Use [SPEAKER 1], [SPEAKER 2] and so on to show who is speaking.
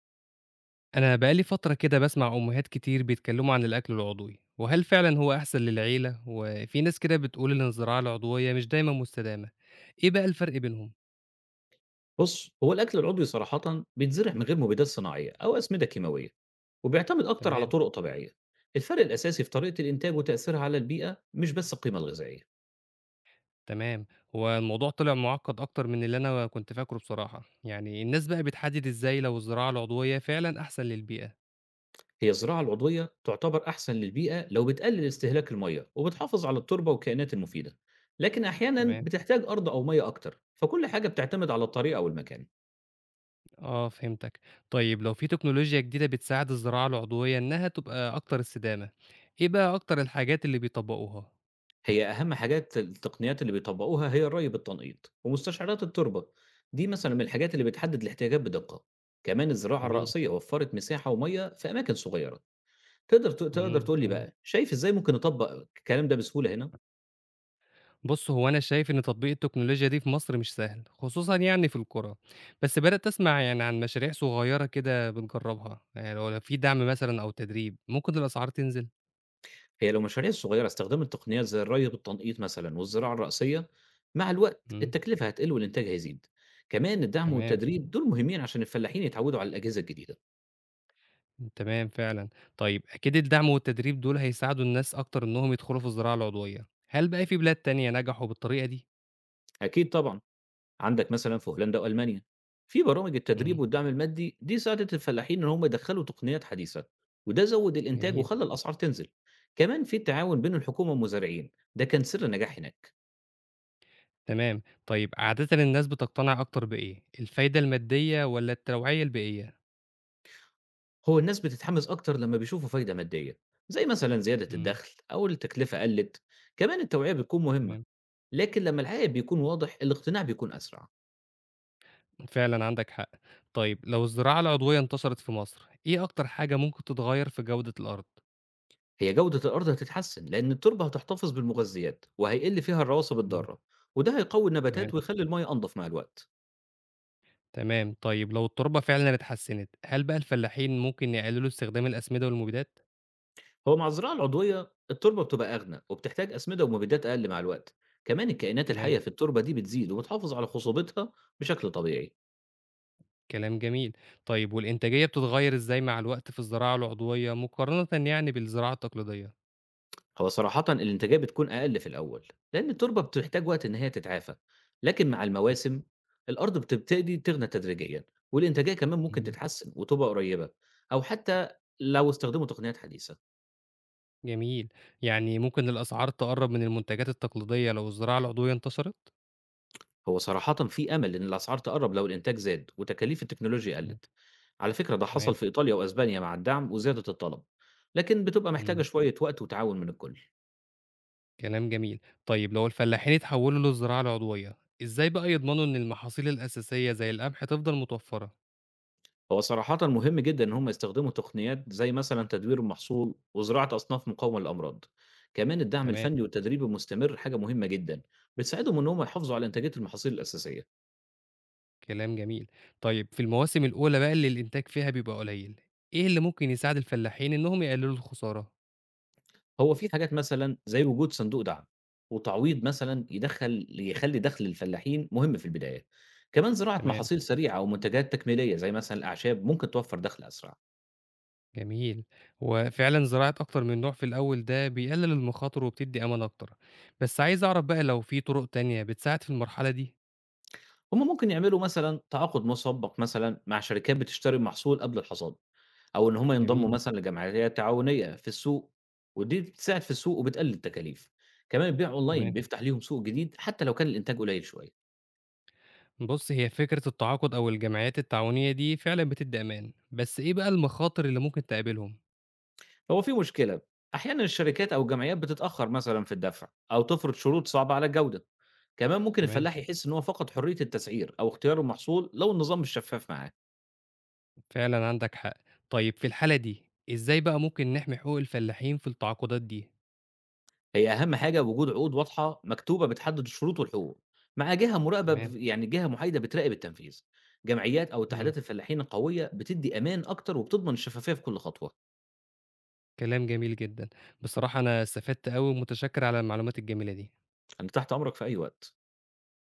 [SPEAKER 1] أنا بقالي فترة كده بسمع أمهات كتير بيتكلموا عن الأكل العضوي، وهل فعلا هو أحسن للعيلة؟ وفي ناس كده بتقول إن الزراعة العضوية مش دايما مستدامة، إيه بقى الفرق بينهم؟
[SPEAKER 2] بُص، هو الأكل العضوي صراحةً بيتزرع من غير مبيدات صناعية أو أسمدة كيماوية، وبيعتمد أكتر على
[SPEAKER 1] تمام.
[SPEAKER 2] طرق طبيعية. الفرق الأساسي في طريقة الإنتاج وتأثيرها على البيئة مش بس القيمة الغذائية.
[SPEAKER 1] تمام، هو الموضوع طلع معقد أكتر من اللي أنا كنت فاكره بصراحة، يعني الناس بقى بتحدد إزاي لو الزراعة العضوية فعلا أحسن للبيئة؟
[SPEAKER 2] هي الزراعة العضوية تعتبر أحسن للبيئة لو بتقلل استهلاك المَيّة وبتحافظ على التربة والكائنات المفيدة، لكن أحيانًا
[SPEAKER 1] تمام،
[SPEAKER 2] بتحتاج أرض أو مَيّة أكتر، فكل حاجة بتعتمد على الطريقة والمكان.
[SPEAKER 1] آه فهمتك، طيب لو في تكنولوجيا جديدة بتساعد الزراعة العضوية إنها تبقى أكتر استدامة، إيه بقى أكتر الحاجات اللي بيطبقوها؟
[SPEAKER 2] هي أهم حاجات التقنيات اللي بيطبّقوها هي الري بالتنقيط، ومستشعرات التربة، دي مثلًا من الحاجات اللي بتحدد الاحتياجات بدقة، كمان الزراعة
[SPEAKER 1] جميل،
[SPEAKER 2] الرأسية وفّرت مساحة ومَيّة في أماكن صغيرة. تقدر تقول لي
[SPEAKER 1] تمام.
[SPEAKER 2] بقى شايف إزاي ممكن نطبّق الكلام ده بسهولة هنا؟
[SPEAKER 1] بُص، هو أنا شايف إن تطبيق التكنولوجيا دي في مصر مش سهل، خصوصًا يعني في القرى، بس بدأت أسمع يعني عن مشاريع صغيرة كده بنجربها، يعني لو في دعم مثلًا أو تدريب ممكن الأسعار تنزل؟
[SPEAKER 2] هي لو مشاريع صغيرة استخدمت التقنيات زي الري بالتنقيط مثلًا والزراعة الرأسية، مع الوقت
[SPEAKER 1] إمم،
[SPEAKER 2] التكلفة هتقل والإنتاج هيزيد، كمان الدعم
[SPEAKER 1] تمام،
[SPEAKER 2] والتدريب دول مهمين عشان الفلاحين يتعوّدوا على الأجهزة الجديدة.
[SPEAKER 1] تمام فعلًا. طيب أكيد الدعم والتدريب دول هيساعدوا الناس أكتر إنهم يدخلوا في الزراعة العضوية، هل بقى في بلاد تانية نجحوا بالطريقة دي؟
[SPEAKER 2] أكيد طبعًا. عندك مثلا في هولندا والمانيا، في برامج التدريب
[SPEAKER 1] إمم،
[SPEAKER 2] والدعم المادي دي ساعدت الفلاحين ان هم يدخلوا تقنيات حديثه، وده زود الانتاج
[SPEAKER 1] جميل،
[SPEAKER 2] وخلى الاسعار تنزل. كمان في التعاون بين الحكومه والمزارعين ده كان سر النجاح هناك.
[SPEAKER 1] تمام. طيب عادةً الناس بتقتنع أكتر بإيه، الفايدة المادية والّا التوعية البيئية؟
[SPEAKER 2] هو الناس بتتحمس اكتر لما بيشوفوا فايده ماديه، زي مثلا زياده
[SPEAKER 1] إمم،
[SPEAKER 2] الدخل او التكلفه قلت، كمان التوعيه بتكون مهمه،
[SPEAKER 1] تمام.
[SPEAKER 2] لكن لما العائد بيكون واضح الاقتناع بيكون اسرع.
[SPEAKER 1] فعلًا عندك حق. طيب لو الزراعة العضوية انتشرت في مصر، إيه أكتر حاجة ممكن تتغيّر في جودة الأرض؟
[SPEAKER 2] هي جوده الارض هتتحسن لان التربه هتحتفظ بالمغذيات وهيقل فيها الرواسب
[SPEAKER 1] إمم،
[SPEAKER 2] الضاره، وده هيقوي
[SPEAKER 1] تمام،
[SPEAKER 2] النباتات ويخلي الميه انضف مع الوقت.
[SPEAKER 1] تمام. طيب لو التربة فعلًا اتحسنت، هل بقى الفلاحين ممكن يقللوا استخدام الأسمدة والمبيدات؟
[SPEAKER 2] هو مع الزراعة العضوية التربة بتبقى أغنى وبتحتاج أسمدة ومبيدات أقل مع الوقت، كمان الكائنات
[SPEAKER 1] تمام،
[SPEAKER 2] الحية في التربة دي بتزيد وبتحافظ على خصوبتها بشكل طبيعي.
[SPEAKER 1] كلام جميل. طيب والإنتاجية بتتغيّر إزاي مع الوقت في الزراعة العضوية مقارنةً يعني بالزراعة التقليدية؟
[SPEAKER 2] هو صراحة الإنتاجية بتكون أقل في الأول، لأن التربة بتحتاج وقت إن هي تتعافى، لكن مع المواسم الأرض بتبتدي تغنى تدريجيا، والإنتاجية كمان ممكن
[SPEAKER 1] إمم،
[SPEAKER 2] تتحسن وتبقى قريبة أو حتى لو استخدموا تقنيات حديثة.
[SPEAKER 1] جميل. يعني ممكن الأسعار تقرّب من المنتجات التقليدية لو الزراعة العضوية انتشرت؟
[SPEAKER 2] هو صراحةً في أمل إن الأسعار تقرّب لو الإنتاج زاد وتكاليف التكنولوجيا
[SPEAKER 1] إمم،
[SPEAKER 2] قلّت. على فكرة ده حصل
[SPEAKER 1] تمام،
[SPEAKER 2] في إيطاليا وأسبانيا مع الدعم وزيادة الطلب، لكن بتبقى محتاجة
[SPEAKER 1] إمم.
[SPEAKER 2] شوية وقت وتعاون من الكل.
[SPEAKER 1] كلام جميل. طيب لو الفلاحين اتحولوا للزراعة العضوية، إزاي بقى يضمنوا إن المحاصيل الأساسية زي القمح تفضل متوفرة؟
[SPEAKER 2] هو صراحةً مهم جدًا إن هم يستخدموا تقنيات زي مثلًا تدوير المحصول وزراعة أصناف مقاومة للأمراض. كمان الدعم
[SPEAKER 1] تمام،
[SPEAKER 2] الفني والتدريب المستمر حاجة مهمة جدًا، بتساعدهم إن هم يحافظوا على إنتاجية المحاصيل الأساسية.
[SPEAKER 1] كلام جميل. طيب في المواسم الأولى بقى اللي الإنتاج فيها بيبقى قليل، إيه اللي ممكن يساعد الفلاحين إنهم يقللوا الخسارة؟
[SPEAKER 2] هو في حاجات مثلًا زي وجود صندوق دعم، وتعويض مثلًا يخلّي دخل الفلاحين مهم في البداية، كمان زراعة
[SPEAKER 1] تمام،
[SPEAKER 2] محاصيل سريعة أو منتجات تكميلية زي مثلًا الأعشاب ممكن توفّر دخل أسرع.
[SPEAKER 1] جميل. هو فعلًا زراعة أكتر من نوع في الأول ده بيقلل المخاطر وبتدي أمان أكتر. بس عايز أعرف بقى لو في طرق تانية بتساعد في المرحلة دي؟
[SPEAKER 2] هم ممكن يعملوا مثلًا تعاقد مسبّق مثلًا مع شركات بتشتري المحصول قبل الحصاد، أو إن هم ينضموا
[SPEAKER 1] جميل،
[SPEAKER 2] مثلًا لجمعيات تعاونية في السوق، ودي بتساعد في السوق وبتقلل التكاليف، كمان البيع أونلاين
[SPEAKER 1] تمام.
[SPEAKER 2] بيفتح ليهم سوق جديد حتى لو كان الإنتاج قليل شوية.
[SPEAKER 1] بُص، هي فكرة التعاقد أو الجمعيات التعاونية دي فعلًا بتدّي أمان، بس إيه بقى المخاطر اللي ممكن تقابلهم؟
[SPEAKER 2] هو في مشكلة، أحيانًا الشركات أو الجمعيات بتتأخر مثلًا في الدفع أو تفرض شروط صعبة على الجودة، كمان ممكن
[SPEAKER 1] تمام،
[SPEAKER 2] الفلاح يحس إن هو فقد حرية التسعير أو اختيار المحصول لو النظام مش شفاف معاه.
[SPEAKER 1] فعلًا عندك حق. طيب في الحالة دي، إزاي بقى ممكن نحمي حقوق الفلاحين في التعاقدات دي؟
[SPEAKER 2] هي أهم حاجة وجود عقود واضحة مكتوبة بتحدد الشروط والحقوق، مع جهة مراقبة ب
[SPEAKER 1] تمام،
[SPEAKER 2] يعني جهة محايدة بتراقب التنفيذ، جمعيات أو
[SPEAKER 1] إمم،
[SPEAKER 2] اتحادات الفلاحين القوية بتدي أمان أكتر وبتضمن الشفافية في كل خطوة.
[SPEAKER 1] كلام جميل جدًا. بصراحة أنا استفدت أوي ومتشكر على المعلومات الجميلة دي.
[SPEAKER 2] أنا تحت أمرك في أي وقت.